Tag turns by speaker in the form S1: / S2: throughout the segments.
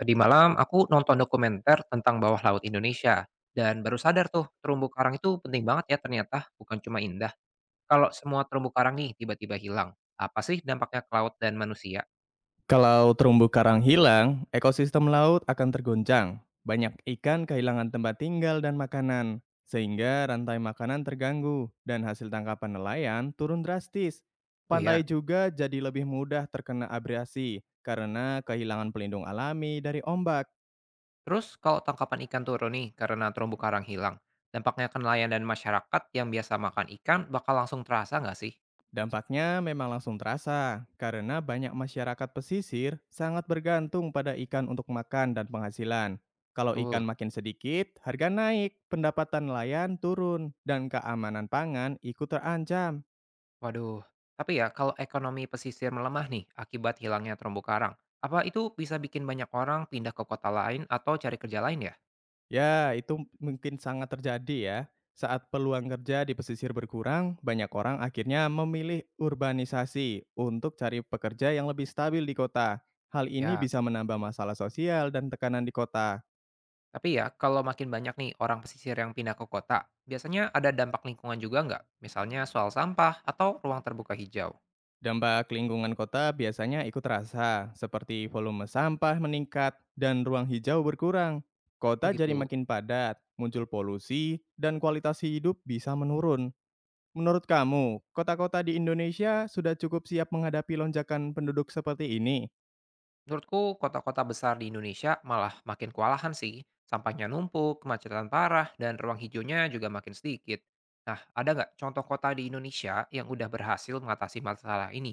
S1: Tadi malam aku nonton dokumenter tentang bawah laut Indonesia dan baru sadar tuh terumbu karang itu penting banget ya, ternyata bukan cuma indah. Kalau semua terumbu karang nih tiba-tiba hilang, apa sih dampaknya ke laut dan manusia?
S2: Kalau terumbu karang hilang, ekosistem laut akan tergoncang. Banyak ikan kehilangan tempat tinggal dan makanan, sehingga rantai makanan terganggu dan hasil tangkapan nelayan turun drastis.
S1: Oh
S2: Pantai
S1: ya,
S2: juga jadi lebih mudah terkena abrasi karena kehilangan pelindung alami dari ombak.
S1: terus kalau tangkapan ikan turun nih karena terumbu karang hilang, dampaknya ke nelayan dan masyarakat yang biasa makan ikan bakal langsung terasa nggak sih?
S2: Dampaknya memang langsung terasa, karena banyak masyarakat pesisir sangat bergantung pada ikan untuk makan dan penghasilan. Kalau
S1: Betul.
S2: ikan makin sedikit, harga naik, pendapatan nelayan turun, dan keamanan pangan ikut terancam.
S1: Waduh. Tapi ya kalau ekonomi pesisir melemah nih akibat hilangnya terumbu karang, apa itu bisa bikin banyak orang pindah ke kota lain atau cari kerja lain ya?
S2: Ya, itu mungkin sangat terjadi ya. Saat peluang kerja di pesisir berkurang, banyak orang akhirnya memilih urbanisasi untuk cari pekerja yang lebih stabil di kota. Hal ini
S1: Ya.
S2: bisa menambah masalah sosial dan tekanan di kota.
S1: Tapi ya, kalau makin banyak nih orang pesisir yang pindah ke kota, biasanya ada dampak lingkungan juga nggak? Misalnya soal sampah atau ruang terbuka hijau.
S2: Dampak lingkungan kota biasanya ikut terasa, seperti volume sampah meningkat dan ruang hijau berkurang.
S1: Oh
S2: Kota jadi
S1: gitu.
S2: makin padat, muncul polusi, dan kualitas hidup bisa menurun. Menurut kamu, kota-kota di Indonesia sudah cukup siap menghadapi lonjakan penduduk seperti ini?
S1: Menurutku, kota-kota besar di Indonesia malah makin kewalahan sih. Sampahnya numpuk, kemacetan parah, dan ruang hijaunya juga makin sedikit. Nah, ada nggak contoh kota di Indonesia yang udah berhasil mengatasi masalah ini?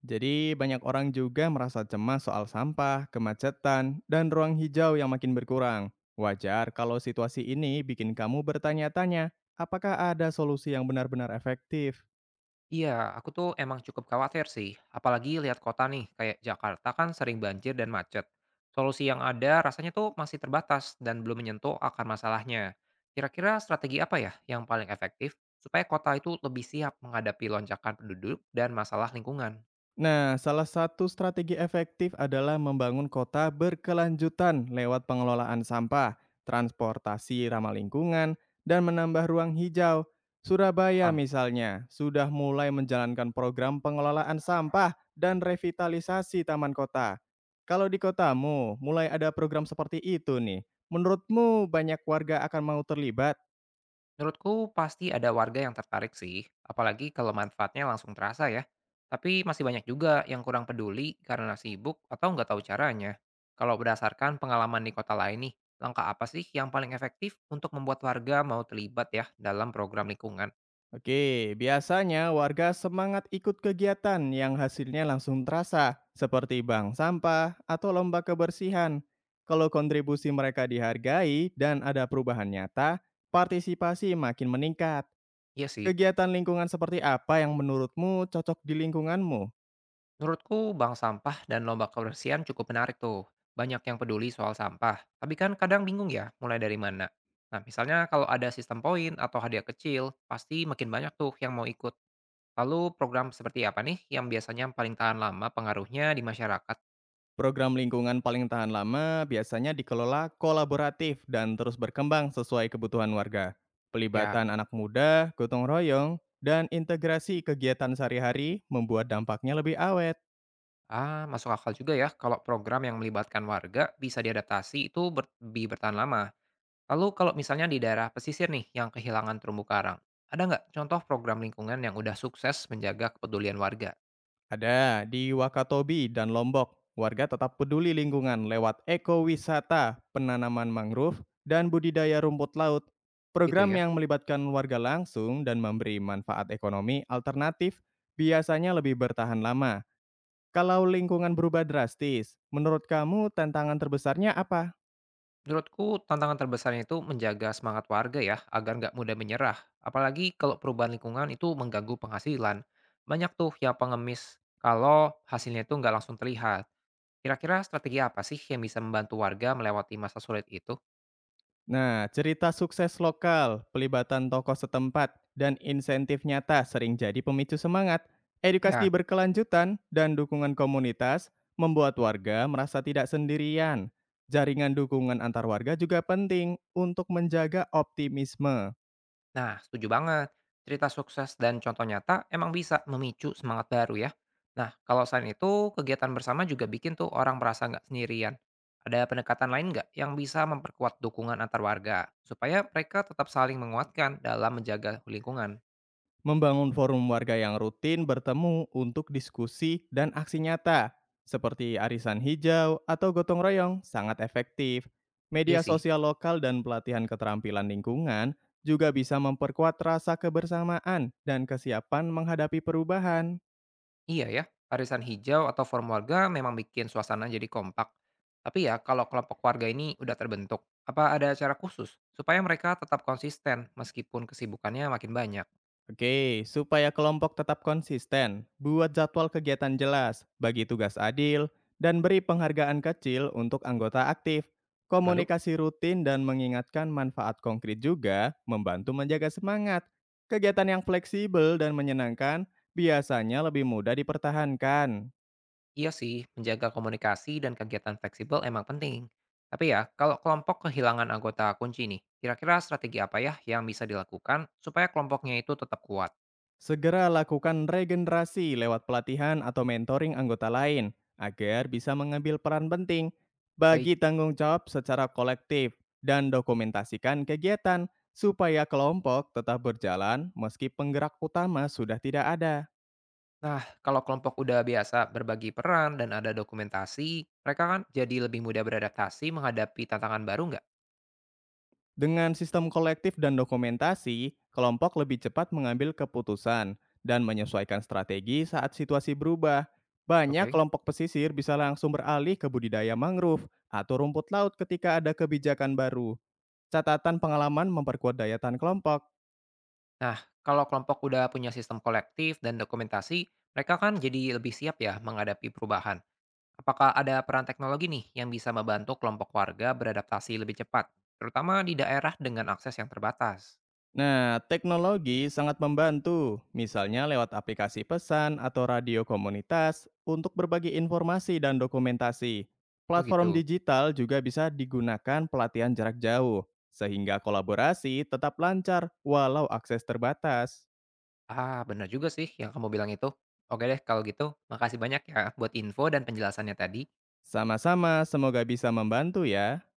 S2: Jadi banyak orang juga merasa cemas soal sampah, kemacetan, dan ruang hijau yang makin berkurang. Wajar kalau situasi ini bikin kamu bertanya-tanya, apakah ada solusi yang benar-benar efektif?
S1: Iya, aku tuh emang cukup khawatir sih. Apalagi lihat kota nih, kayak Jakarta kan sering banjir dan macet. Solusi yang ada rasanya tuh masih terbatas dan belum menyentuh akar masalahnya. Kira-kira strategi apa ya yang paling efektif supaya kota itu lebih siap menghadapi lonjakan penduduk dan masalah lingkungan?
S2: Nah, salah satu strategi efektif adalah membangun kota berkelanjutan lewat pengelolaan sampah, transportasi ramah lingkungan, dan menambah ruang hijau. Surabaya
S1: Paham?
S2: misalnya sudah mulai menjalankan program pengelolaan sampah dan revitalisasi taman kota. Kalau di kotamu mulai ada program seperti itu nih, menurutmu banyak warga akan mau terlibat?
S1: Menurutku pasti ada warga yang tertarik sih, apalagi kalau manfaatnya langsung terasa ya. Tapi masih banyak juga yang kurang peduli karena sibuk atau nggak tahu caranya. Kalau berdasarkan pengalaman di kota lain nih, langkah apa sih yang paling efektif untuk membuat warga mau terlibat ya dalam program lingkungan?
S2: Oke, biasanya warga semangat ikut kegiatan yang hasilnya langsung terasa, seperti bank sampah atau lomba kebersihan. Kalau kontribusi mereka dihargai dan ada perubahan nyata, partisipasi makin meningkat.
S1: Iya sih,
S2: Kegiatan lingkungan seperti apa yang menurutmu cocok di lingkunganmu?
S1: menurutku bank sampah dan lomba kebersihan cukup menarik tuh. Banyak yang peduli soal sampah, tapi kan kadang bingung ya mulai dari mana. Nah misalnya kalau ada sistem poin atau hadiah kecil, pasti makin banyak tuh yang mau ikut. Lalu program seperti apa nih yang biasanya paling tahan lama pengaruhnya di masyarakat?
S2: Program lingkungan paling tahan lama biasanya dikelola kolaboratif dan terus berkembang sesuai kebutuhan warga.
S1: Ya.
S2: Pelibatan anak muda, gotong royong, dan integrasi kegiatan sehari-hari membuat dampaknya lebih awet.
S1: Ah, masuk akal juga ya kalau program yang melibatkan warga bisa diadaptasi itu lebih bertahan lama. Lalu kalau misalnya di daerah pesisir nih yang kehilangan terumbu karang, ada nggak contoh program lingkungan yang udah sukses menjaga kepedulian warga?
S2: Ada di Wakatobi dan Lombok, warga tetap peduli lingkungan lewat ekowisata, penanaman mangrove, dan budidaya rumput laut.
S1: Itu
S2: Program
S1: ya.
S2: yang melibatkan warga langsung dan memberi manfaat ekonomi alternatif biasanya lebih bertahan lama. Kalau lingkungan berubah drastis, menurut kamu tantangan terbesarnya apa?
S1: Menurutku tantangan terbesarnya itu menjaga semangat warga ya agar nggak mudah menyerah. Apalagi kalau perubahan lingkungan itu mengganggu penghasilan. Banyak tuh yang pengemis kalau hasilnya itu nggak langsung terlihat. Kira-kira strategi apa sih yang bisa membantu warga melewati masa sulit itu?
S2: Nah, cerita sukses lokal, pelibatan tokoh setempat, dan insentif nyata sering jadi pemicu semangat. Edukasi
S1: Ya,
S2: berkelanjutan dan dukungan komunitas membuat warga merasa tidak sendirian. Jaringan dukungan antar warga juga penting untuk menjaga optimisme.
S1: nah setuju banget. Cerita sukses dan contoh nyata emang bisa memicu semangat baru ya. Nah, kalau selain itu, kegiatan bersama juga bikin tuh orang merasa nggak sendirian. Ada pendekatan lain nggak yang bisa memperkuat dukungan antar warga? Supaya mereka tetap saling menguatkan dalam menjaga lingkungan.
S2: Membangun forum warga yang rutin bertemu untuk diskusi dan aksi nyata, seperti arisan hijau atau gotong royong, sangat efektif.
S1: Iya
S2: Media
S1: sih.
S2: sosial lokal dan pelatihan keterampilan lingkungan juga bisa memperkuat rasa kebersamaan dan kesiapan menghadapi perubahan.
S1: Iya ya, arisan hijau atau forum warga memang bikin suasana jadi kompak. Tapi ya, kalau kelompok warga ini udah terbentuk, apa ada cara khusus supaya mereka tetap konsisten meskipun kesibukannya makin banyak?
S2: Oke, supaya kelompok tetap konsisten, buat jadwal kegiatan jelas, bagi tugas adil, dan beri penghargaan kecil untuk anggota aktif.
S1: Lalu,
S2: Komunikasi rutin dan mengingatkan manfaat konkret juga membantu menjaga semangat. Kegiatan yang fleksibel dan menyenangkan biasanya lebih mudah dipertahankan.
S1: iya sih, menjaga komunikasi dan kegiatan fleksibel emang penting. Tapi ya, kalau kelompok kehilangan anggota kunci nih, kira-kira strategi apa ya yang bisa dilakukan supaya kelompoknya itu tetap kuat?
S2: Segera lakukan regenerasi lewat pelatihan atau mentoring anggota lain agar bisa mengambil peran penting.
S1: Baik.
S2: Bagi tanggung jawab secara kolektif dan dokumentasikan kegiatan supaya kelompok tetap berjalan meski penggerak utama sudah tidak ada.
S1: Nah, kalau kelompok udah biasa berbagi peran dan ada dokumentasi, mereka kan jadi lebih mudah beradaptasi menghadapi tantangan baru nggak?
S2: Dengan sistem kolektif dan dokumentasi, kelompok lebih cepat mengambil keputusan dan menyesuaikan strategi saat situasi berubah. Banyak
S1: Oke.
S2: kelompok pesisir bisa langsung beralih ke budidaya mangrove atau rumput laut ketika ada kebijakan baru. Catatan pengalaman memperkuat daya tahan kelompok.
S1: Nah, kalau kelompok udah punya sistem kolektif dan dokumentasi, mereka kan jadi lebih siap ya menghadapi perubahan. Apakah ada peran teknologi nih yang bisa membantu kelompok warga beradaptasi lebih cepat, terutama di daerah dengan akses yang terbatas?
S2: Nah, teknologi sangat membantu, misalnya lewat aplikasi pesan atau radio komunitas untuk berbagi informasi dan dokumentasi.
S1: Oh
S2: Platform
S1: gitu.
S2: digital juga bisa digunakan pelatihan jarak jauh, sehingga kolaborasi tetap lancar walau akses terbatas.
S1: Ah, benar juga sih yang kamu bilang itu. Oke deh, kalau gitu, makasih banyak ya buat info dan penjelasannya tadi.
S2: Sama-sama, semoga bisa membantu ya.